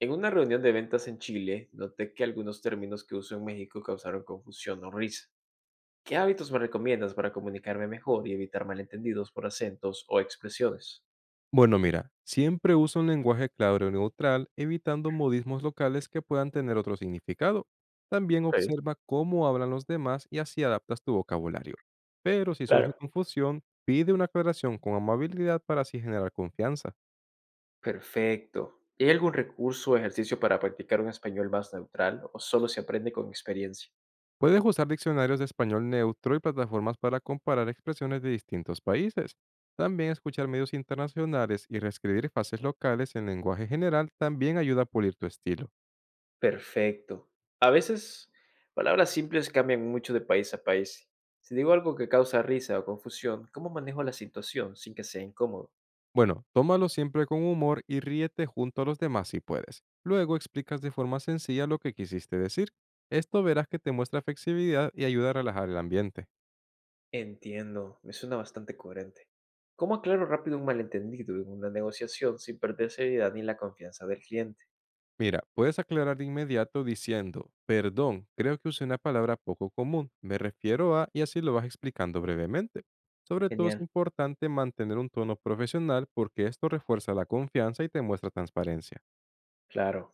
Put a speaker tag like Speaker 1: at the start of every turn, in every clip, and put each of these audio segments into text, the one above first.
Speaker 1: En una reunión de ventas en Chile, noté que algunos términos que uso en México causaron confusión o risa. ¿Qué hábitos me recomiendas para comunicarme mejor y evitar malentendidos por acentos o expresiones?
Speaker 2: Bueno, mira, siempre usa un lenguaje claro y neutral, evitando modismos locales que puedan tener otro significado. También
Speaker 1: Ok,
Speaker 2: observa cómo hablan los demás y así adaptas tu vocabulario. Pero si surge
Speaker 1: claro.
Speaker 2: confusión, pide una aclaración con amabilidad para así generar confianza.
Speaker 1: Perfecto. ¿Hay algún recurso o ejercicio para practicar un español más neutral o solo se aprende con experiencia?
Speaker 2: Puedes usar diccionarios de español neutro y plataformas para comparar expresiones de distintos países. También escuchar medios internacionales y reescribir frases locales en lenguaje general también ayuda a pulir tu estilo.
Speaker 1: Perfecto. A veces, palabras simples cambian mucho de país a país. Si digo algo que causa risa o confusión, ¿cómo manejo la situación sin que sea incómodo?
Speaker 2: Bueno, tómalo siempre con humor y ríete junto a los demás si puedes. Luego explicas de forma sencilla lo que quisiste decir. Esto verás que te muestra flexibilidad y ayuda a relajar el ambiente.
Speaker 1: Entiendo, me suena bastante coherente. ¿Cómo aclaro rápido un malentendido en una negociación sin perder seriedad ni la confianza del cliente?
Speaker 2: Mira, puedes aclarar de inmediato diciendo, perdón, creo que usé una palabra poco común, me refiero a, y así lo vas explicando brevemente. Sobre todo es
Speaker 1: Genial,
Speaker 2: importante mantener un tono profesional porque esto refuerza la confianza y te muestra transparencia.
Speaker 1: claro.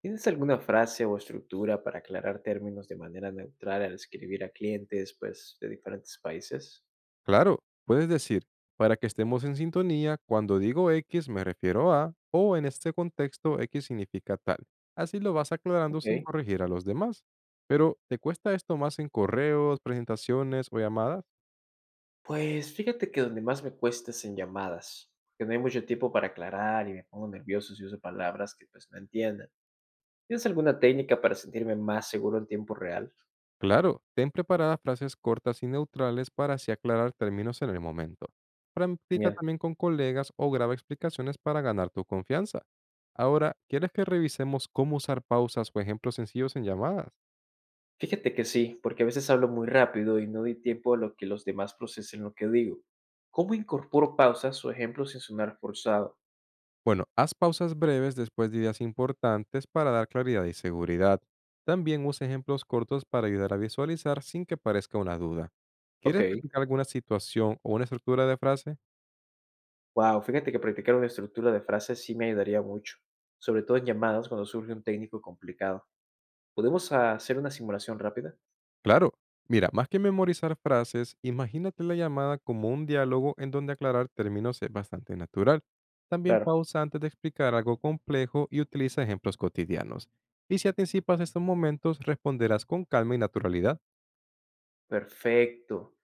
Speaker 1: ¿Tienes alguna frase o estructura para aclarar términos de manera neutral al escribir a clientes, pues, de diferentes países?
Speaker 2: Claro, puedes decir, para que estemos en sintonía, cuando digo X me refiero a, o en este contexto X significa tal. Así lo vas aclarando
Speaker 1: Ok.
Speaker 2: sin corregir a los demás. Pero, ¿te cuesta esto más en correos, presentaciones o llamadas?
Speaker 1: Pues fíjate que donde más me cuesta es en llamadas, porque no hay mucho tiempo para aclarar y me pongo nervioso si uso palabras que pues no entiendan. ¿Tienes alguna técnica para sentirme más seguro en tiempo real?
Speaker 2: Claro, ten preparadas frases cortas y neutrales para así aclarar términos en el momento. Practica
Speaker 1: Genial.
Speaker 2: también con colegas o graba explicaciones para ganar tu confianza. Ahora, ¿quieres que revisemos cómo usar pausas o ejemplos sencillos en llamadas?
Speaker 1: Fíjate que sí, porque a veces hablo muy rápido y no doy tiempo a lo que los demás procesen lo que digo. ¿Cómo incorporo pausas o ejemplos sin sonar forzado?
Speaker 2: Bueno, haz pausas breves después de ideas importantes para dar claridad y seguridad. También usa ejemplos cortos para ayudar a visualizar sin que parezca una duda.
Speaker 1: Ok,
Speaker 2: ¿Quieres practicar alguna situación o una estructura de frase?
Speaker 1: wow, fíjate que practicar una estructura de frases sí me ayudaría mucho, sobre todo en llamadas cuando surge un técnico complicado. ¿Podemos hacer una simulación rápida?
Speaker 2: Claro. Mira, más que memorizar frases, imagínate la llamada como un diálogo en donde aclarar términos es bastante natural. También
Speaker 1: Claro.
Speaker 2: pausa antes de explicar algo complejo y utiliza ejemplos cotidianos. Y si anticipas estos momentos, responderás con calma y naturalidad.
Speaker 1: Perfecto.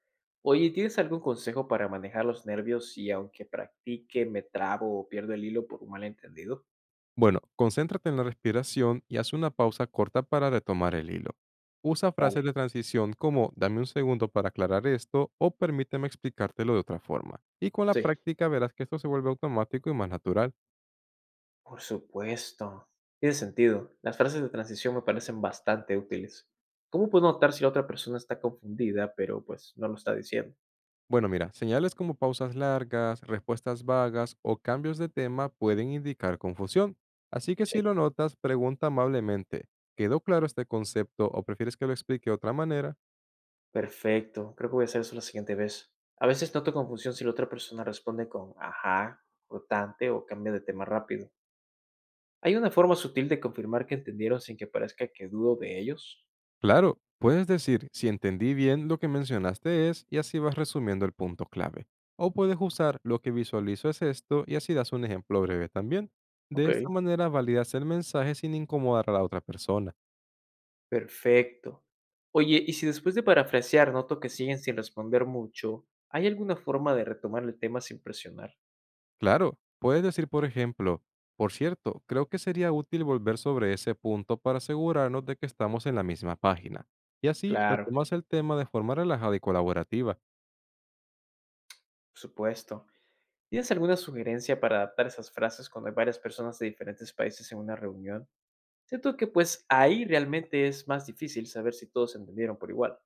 Speaker 1: Oye, ¿tienes algún consejo para manejar los nervios si aunque practique me trabo o pierdo el hilo por un malentendido?
Speaker 2: Bueno, concéntrate en la respiración y haz una pausa corta para retomar el hilo. Usa frases
Speaker 1: Vale.
Speaker 2: de transición como dame un segundo para aclarar esto o permíteme explicártelo de otra forma. Y con la
Speaker 1: Sí.
Speaker 2: práctica verás que esto se vuelve automático y más natural.
Speaker 1: Por supuesto. Tiene sentido. Las frases de transición me parecen bastante útiles. ¿Cómo puedo notar si la otra persona está confundida, pero pues no lo está diciendo?
Speaker 2: Bueno, mira, señales como pausas largas, respuestas vagas o cambios de tema pueden indicar confusión. Así que
Speaker 1: Sí.
Speaker 2: si lo notas, pregunta amablemente, ¿quedó claro este concepto o prefieres que lo explique de otra manera?
Speaker 1: Perfecto. Creo que voy a hacer eso la siguiente vez. A veces noto confusión si la otra persona responde con ajá, cortante o cambia de tema rápido. ¿Hay una forma sutil de confirmar que entendieron sin que parezca que dudo de ellos?
Speaker 2: Claro, puedes decir, si entendí bien lo que mencionaste es, y así vas resumiendo el punto clave. O puedes usar, lo que visualizo es esto, y así das un ejemplo breve también. De
Speaker 1: Ok.
Speaker 2: esta manera validas el mensaje sin incomodar a la otra persona.
Speaker 1: Perfecto. Oye, y si después de parafrasear noto que siguen sin responder mucho, ¿hay alguna forma de retomar el tema sin presionar?
Speaker 2: Claro, puedes decir, por ejemplo, por cierto, creo que sería útil volver sobre ese punto para asegurarnos de que estamos en la misma página. Y así
Speaker 1: Claro,
Speaker 2: retomas el tema de forma relajada y colaborativa.
Speaker 1: por supuesto. ¿Tienes alguna sugerencia para adaptar esas frases cuando hay varias personas de diferentes países en una reunión? Siento que pues ahí realmente es más difícil saber si todos entendieron por igual.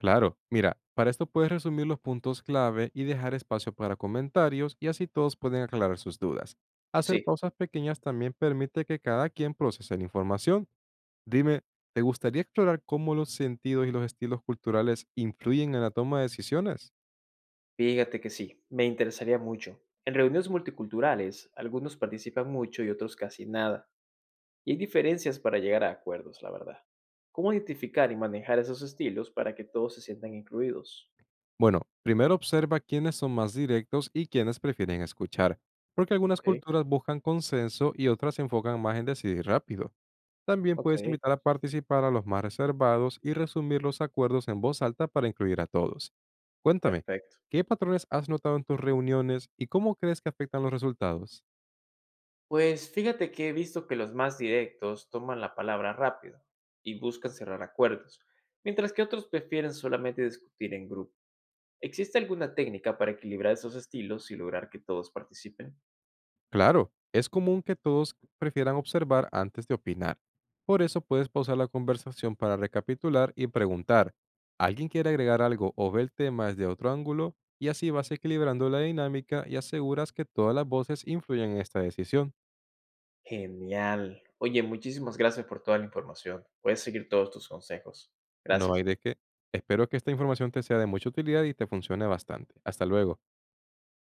Speaker 2: Claro, mira, para esto puedes resumir los puntos clave y dejar espacio para comentarios y así todos pueden aclarar sus dudas. Hacer
Speaker 1: Sí,
Speaker 2: pausas pequeñas también permite que cada quien procese la información. Dime, ¿te gustaría explorar cómo los sentidos y los estilos culturales influyen en la toma de decisiones?
Speaker 1: fíjate que sí, me interesaría mucho. En reuniones multiculturales, algunos participan mucho y otros casi nada, y hay diferencias para llegar a acuerdos, la verdad. ¿Cómo identificar y manejar esos estilos para que todos se sientan incluidos?
Speaker 2: Bueno, primero observa quiénes son más directos y quiénes prefieren escuchar, porque algunas
Speaker 1: Ok,
Speaker 2: culturas buscan consenso y otras se enfocan más en decidir rápido. También
Speaker 1: ok,
Speaker 2: puedes invitar a participar a los más reservados y resumir los acuerdos en voz alta para incluir a todos. Cuéntame,
Speaker 1: perfecto.
Speaker 2: ¿qué patrones has notado en tus reuniones y cómo crees que afectan los resultados?
Speaker 1: Pues fíjate que he visto que los más directos toman la palabra rápido y buscan cerrar acuerdos, mientras que otros prefieren solamente discutir en grupo. ¿Existe alguna técnica para equilibrar esos estilos y lograr que todos participen?
Speaker 2: Claro, es común que todos prefieran observar antes de opinar. Por eso puedes pausar la conversación para recapitular y preguntar, ¿alguien quiere agregar algo o ve el tema desde otro ángulo? Y así vas equilibrando la dinámica y aseguras que todas las voces influyen en esta decisión.
Speaker 1: Genial. Oye, muchísimas gracias por toda la información. Puedes seguir todos tus consejos.
Speaker 2: No hay
Speaker 1: Gracias.
Speaker 2: de qué. Espero que esta información te sea de mucha utilidad y te funcione bastante. Hasta luego.